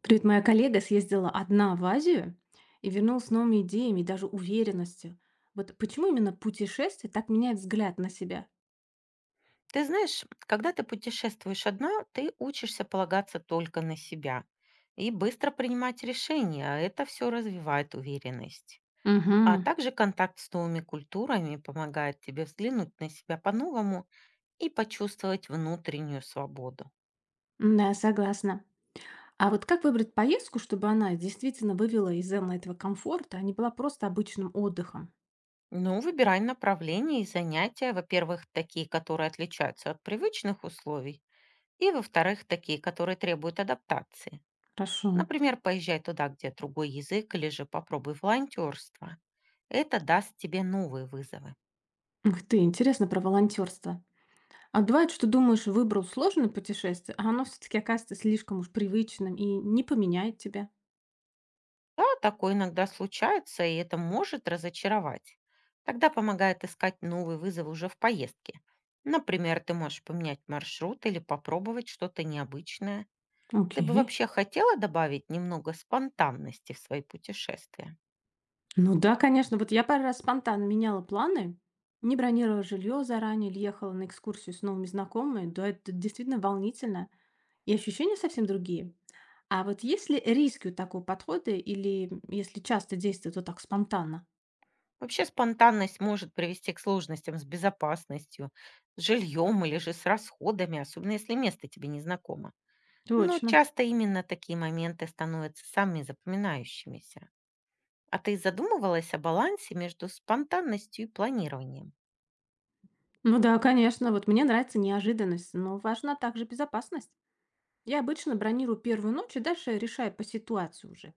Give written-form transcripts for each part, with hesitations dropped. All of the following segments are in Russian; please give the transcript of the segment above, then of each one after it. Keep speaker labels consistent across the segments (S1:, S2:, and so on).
S1: Привет, моя коллега съездила одна в Азию и вернулась с новыми идеями и даже уверенностью. Вот почему именно путешествие так меняет взгляд на себя?
S2: Ты знаешь, когда ты путешествуешь одна, ты учишься полагаться только на себя и быстро принимать решения, а это все развивает уверенность. А
S1: Угу.
S2: также контакт с новыми культурами помогает тебе взглянуть на себя по-новому и почувствовать внутреннюю свободу.
S1: Да, согласна. А вот как выбрать поездку, чтобы она действительно вывела из зоны этого комфорта, а не была просто обычным отдыхом?
S2: Ну, выбирай направление и занятия, во-первых, такие, которые отличаются от привычных условий, и, во-вторых, такие, которые требуют адаптации.
S1: Хорошо.
S2: Например, поезжай туда, где другой язык, или же попробуй волонтерство. Это даст тебе новые вызовы.
S1: Ух ты, интересно про волонтерство. А бывает, что думаешь, выбрал сложное путешествие, а оно все-таки оказывается слишком уж привычным и не поменяет тебя.
S2: Да, такое иногда случается, и это может разочаровать. Тогда помогает искать новые вызовы уже в поездке. Например, ты можешь поменять маршрут или попробовать что-то необычное. Ты бы
S1: Окей.
S2: вообще хотела добавить немного спонтанности в свои путешествия?
S1: Ну да, конечно. Вот я пару раз спонтанно меняла планы, не бронировала жилье заранее, или ехала на экскурсию с новыми знакомыми. Да, это действительно волнительно. И ощущения совсем другие. А вот есть ли риски у такого подхода, или если часто действовать вот так спонтанно?
S2: Вообще спонтанность может привести к сложностям с безопасностью, с жильем или же с расходами, особенно если место тебе не знакомо. Но
S1: Точно.
S2: часто именно такие моменты становятся самыми запоминающимися. А ты задумывалась о балансе между спонтанностью и планированием?
S1: Ну да, конечно. Вот мне нравится неожиданность, но важна также безопасность. Я обычно бронирую первую ночь и дальше решаю по ситуации уже.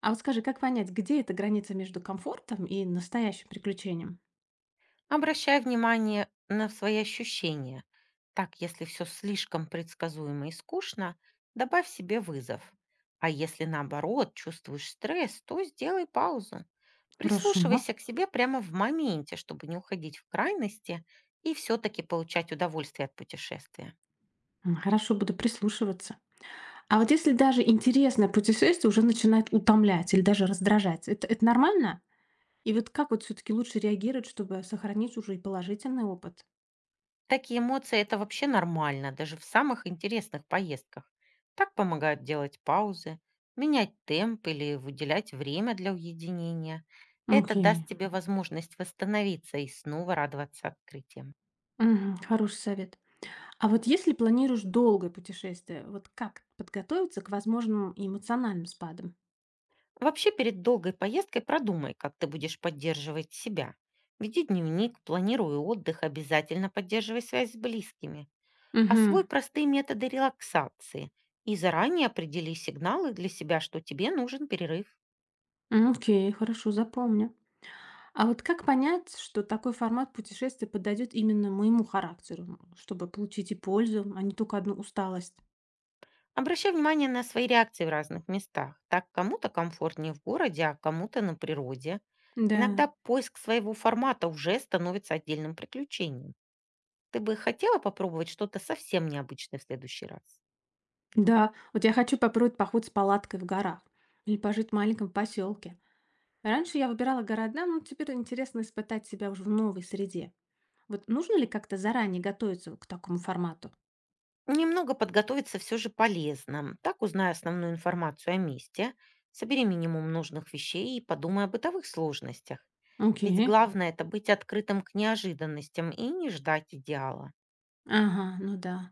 S1: А вот скажи, как понять, где эта граница между комфортом и настоящим приключением?
S2: Обращай внимание на свои ощущения. Так, если все слишком предсказуемо и скучно, добавь себе вызов. А если наоборот чувствуешь стресс, то сделай паузу.
S1: Хорошо.
S2: Прислушивайся к себе прямо в моменте, чтобы не уходить в крайности и все-таки получать удовольствие от путешествия.
S1: М, хорошо, буду прислушиваться. А вот если даже интересное путешествие уже начинает утомлять или даже раздражать, это нормально? И вот как вот все-таки лучше реагировать, чтобы сохранить уже и положительный опыт?
S2: Такие эмоции– это вообще нормально, даже в самых интересных поездках. Так помогают делать паузы, менять темп или выделять время для уединения. Это даст
S1: Окей.
S2: тебе возможность восстановиться и снова радоваться открытиям.
S1: Мгм, хороший совет. А вот если планируешь долгое путешествие, вот как подготовиться к возможным эмоциональным спадам?
S2: Вообще перед долгой поездкой продумай, как ты будешь поддерживать себя. Веди дневник, планируй отдых, обязательно поддерживай связь с близкими.
S1: Угу.
S2: Освой простые методы релаксации и заранее определи сигналы для себя, что тебе нужен перерыв.
S1: Окей, хорошо, запомню. А вот как понять, что такой формат путешествия подойдет именно моему характеру, чтобы получить и пользу, а не только одну усталость?
S2: Обращай внимание на свои реакции в разных местах. Так кому-то комфортнее в городе, а кому-то на природе.
S1: Да,
S2: Иногда поиск своего формата уже становится отдельным приключением. Ты бы хотела попробовать что-то совсем необычное в следующий раз?
S1: да. Вот я хочу попробовать поход с палаткой в горах или пожить в маленьком поселке. Раньше я выбирала города, но теперь интересно испытать себя уже в новой среде. Вот нужно ли как-то заранее готовиться вот к такому формату?
S2: Немного подготовиться все же полезно. Так узнай основную информацию о месте, собери минимум нужных вещей и подумай о бытовых сложностях. Ведь
S1: Окей.
S2: главное– это быть открытым к неожиданностям и не ждать идеала.
S1: Ага, ну да.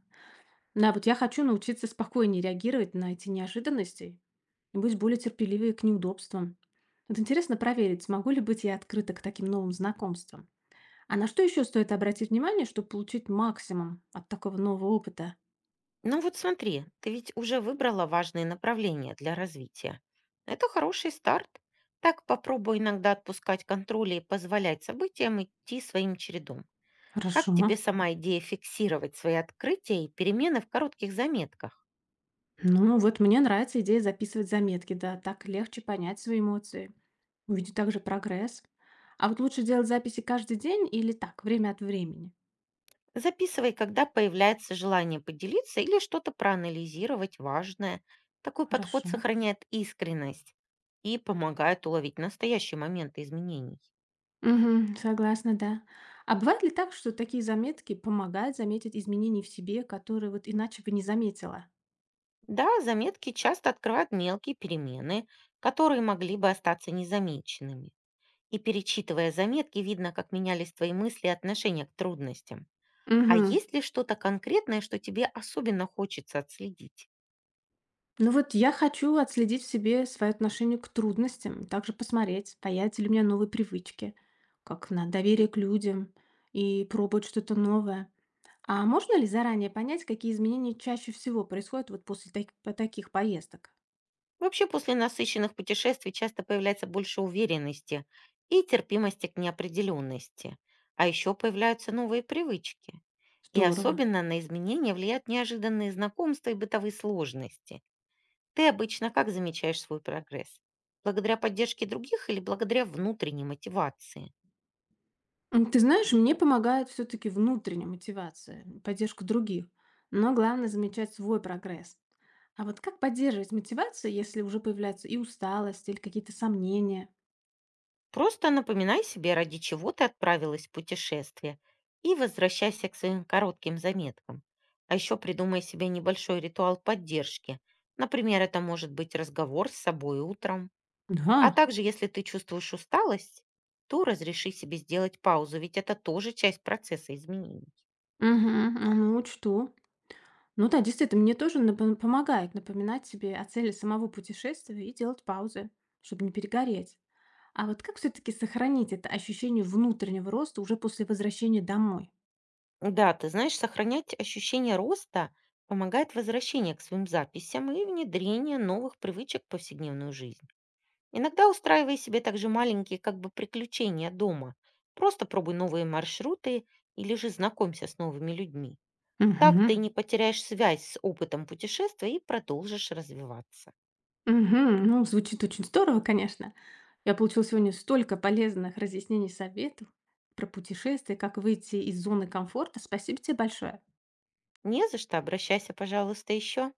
S1: Да, вот я хочу научиться спокойнее реагировать на эти неожиданности и быть более терпеливее к неудобствам. Вот интересно проверить, смогу ли быть я открыта к таким новым знакомствам. А на что еще стоит обратить внимание, чтобы получить максимум от такого нового опыта?
S2: Ну вот смотри, ты ведь уже выбрала важные направления для развития. Это хороший старт. Так попробуй иногда отпускать контроль и позволять событиям идти своим чередом. Как
S1: Хорошо.
S2: тебе сама идея фиксировать свои открытия и перемены в коротких заметках?
S1: Ну, вот мне нравится идея записывать заметки, да, так легче понять свои эмоции, увидеть также прогресс. А вот лучше делать записи каждый день или так, время от времени?
S2: Записывай, когда появляется желание поделиться или что-то проанализировать важное. Такой подход
S1: Хорошо.
S2: сохраняет искренность и помогает уловить настоящие моменты изменений.
S1: Угу, согласна, да. А бывает ли так, что такие заметки помогают заметить изменения в себе, которые вот иначе бы не заметила?
S2: Да, заметки часто открывают мелкие перемены, которые могли бы остаться незамеченными. И перечитывая заметки, видно, как менялись твои мысли и отношения к трудностям. А
S1: Угу.
S2: есть ли что-то конкретное, что тебе особенно хочется отследить?
S1: Ну вот я хочу отследить в себе свое отношение к трудностям, также посмотреть, появятся ли у меня новые привычки, как на доверие к людям и пробовать что-то новое. А можно ли заранее понять, какие изменения чаще всего происходят вот после по таких поездок?
S2: Вообще, после насыщенных путешествий часто появляется больше уверенности и терпимости к неопределенности. А еще появляются новые привычки. И
S1: Здорово.
S2: особенно на изменения влияют неожиданные знакомства и бытовые сложности. Ты обычно как замечаешь свой прогресс? Благодаря поддержке других или благодаря внутренней мотивации?
S1: М, ты знаешь, мне помогает все-таки внутренняя мотивация, поддержка других. Но главное замечать свой прогресс. А вот как поддерживать мотивацию, если уже появляется и усталость, или какие-то сомнения?
S2: Просто напоминай себе, ради чего ты отправилась в путешествие, и возвращайся к своим коротким заметкам. А еще придумай себе небольшой ритуал поддержки. Например, это может быть разговор с собой утром. А
S1: Да,
S2: также, если ты чувствуешь усталость, то разреши себе сделать паузу, ведь это тоже часть процесса изменений.
S1: угу, ну учту. Ну да, действительно, мне тоже помогает напоминать себе о цели самого путешествия и делать паузы, чтобы не перегореть. А вот как все-таки сохранить это ощущение внутреннего роста уже после возвращения домой?
S2: Да, ты знаешь, сохранять ощущение роста помогает возвращение к своим записям и внедрение новых привычек в повседневную жизнь. Иногда устраивай себе также маленькие как бы приключения дома. Просто пробуй новые маршруты или же знакомься с новыми людьми. Так ты
S1: Угу,
S2: не потеряешь связь с опытом путешествия и продолжишь развиваться.
S1: угу. Ну, звучит очень здорово, конечно. Я получила сегодня столько полезных разъяснений и советов про путешествия, как выйти из зоны комфорта. Спасибо тебе большое.
S2: Не за что, обращайся, пожалуйста, еще.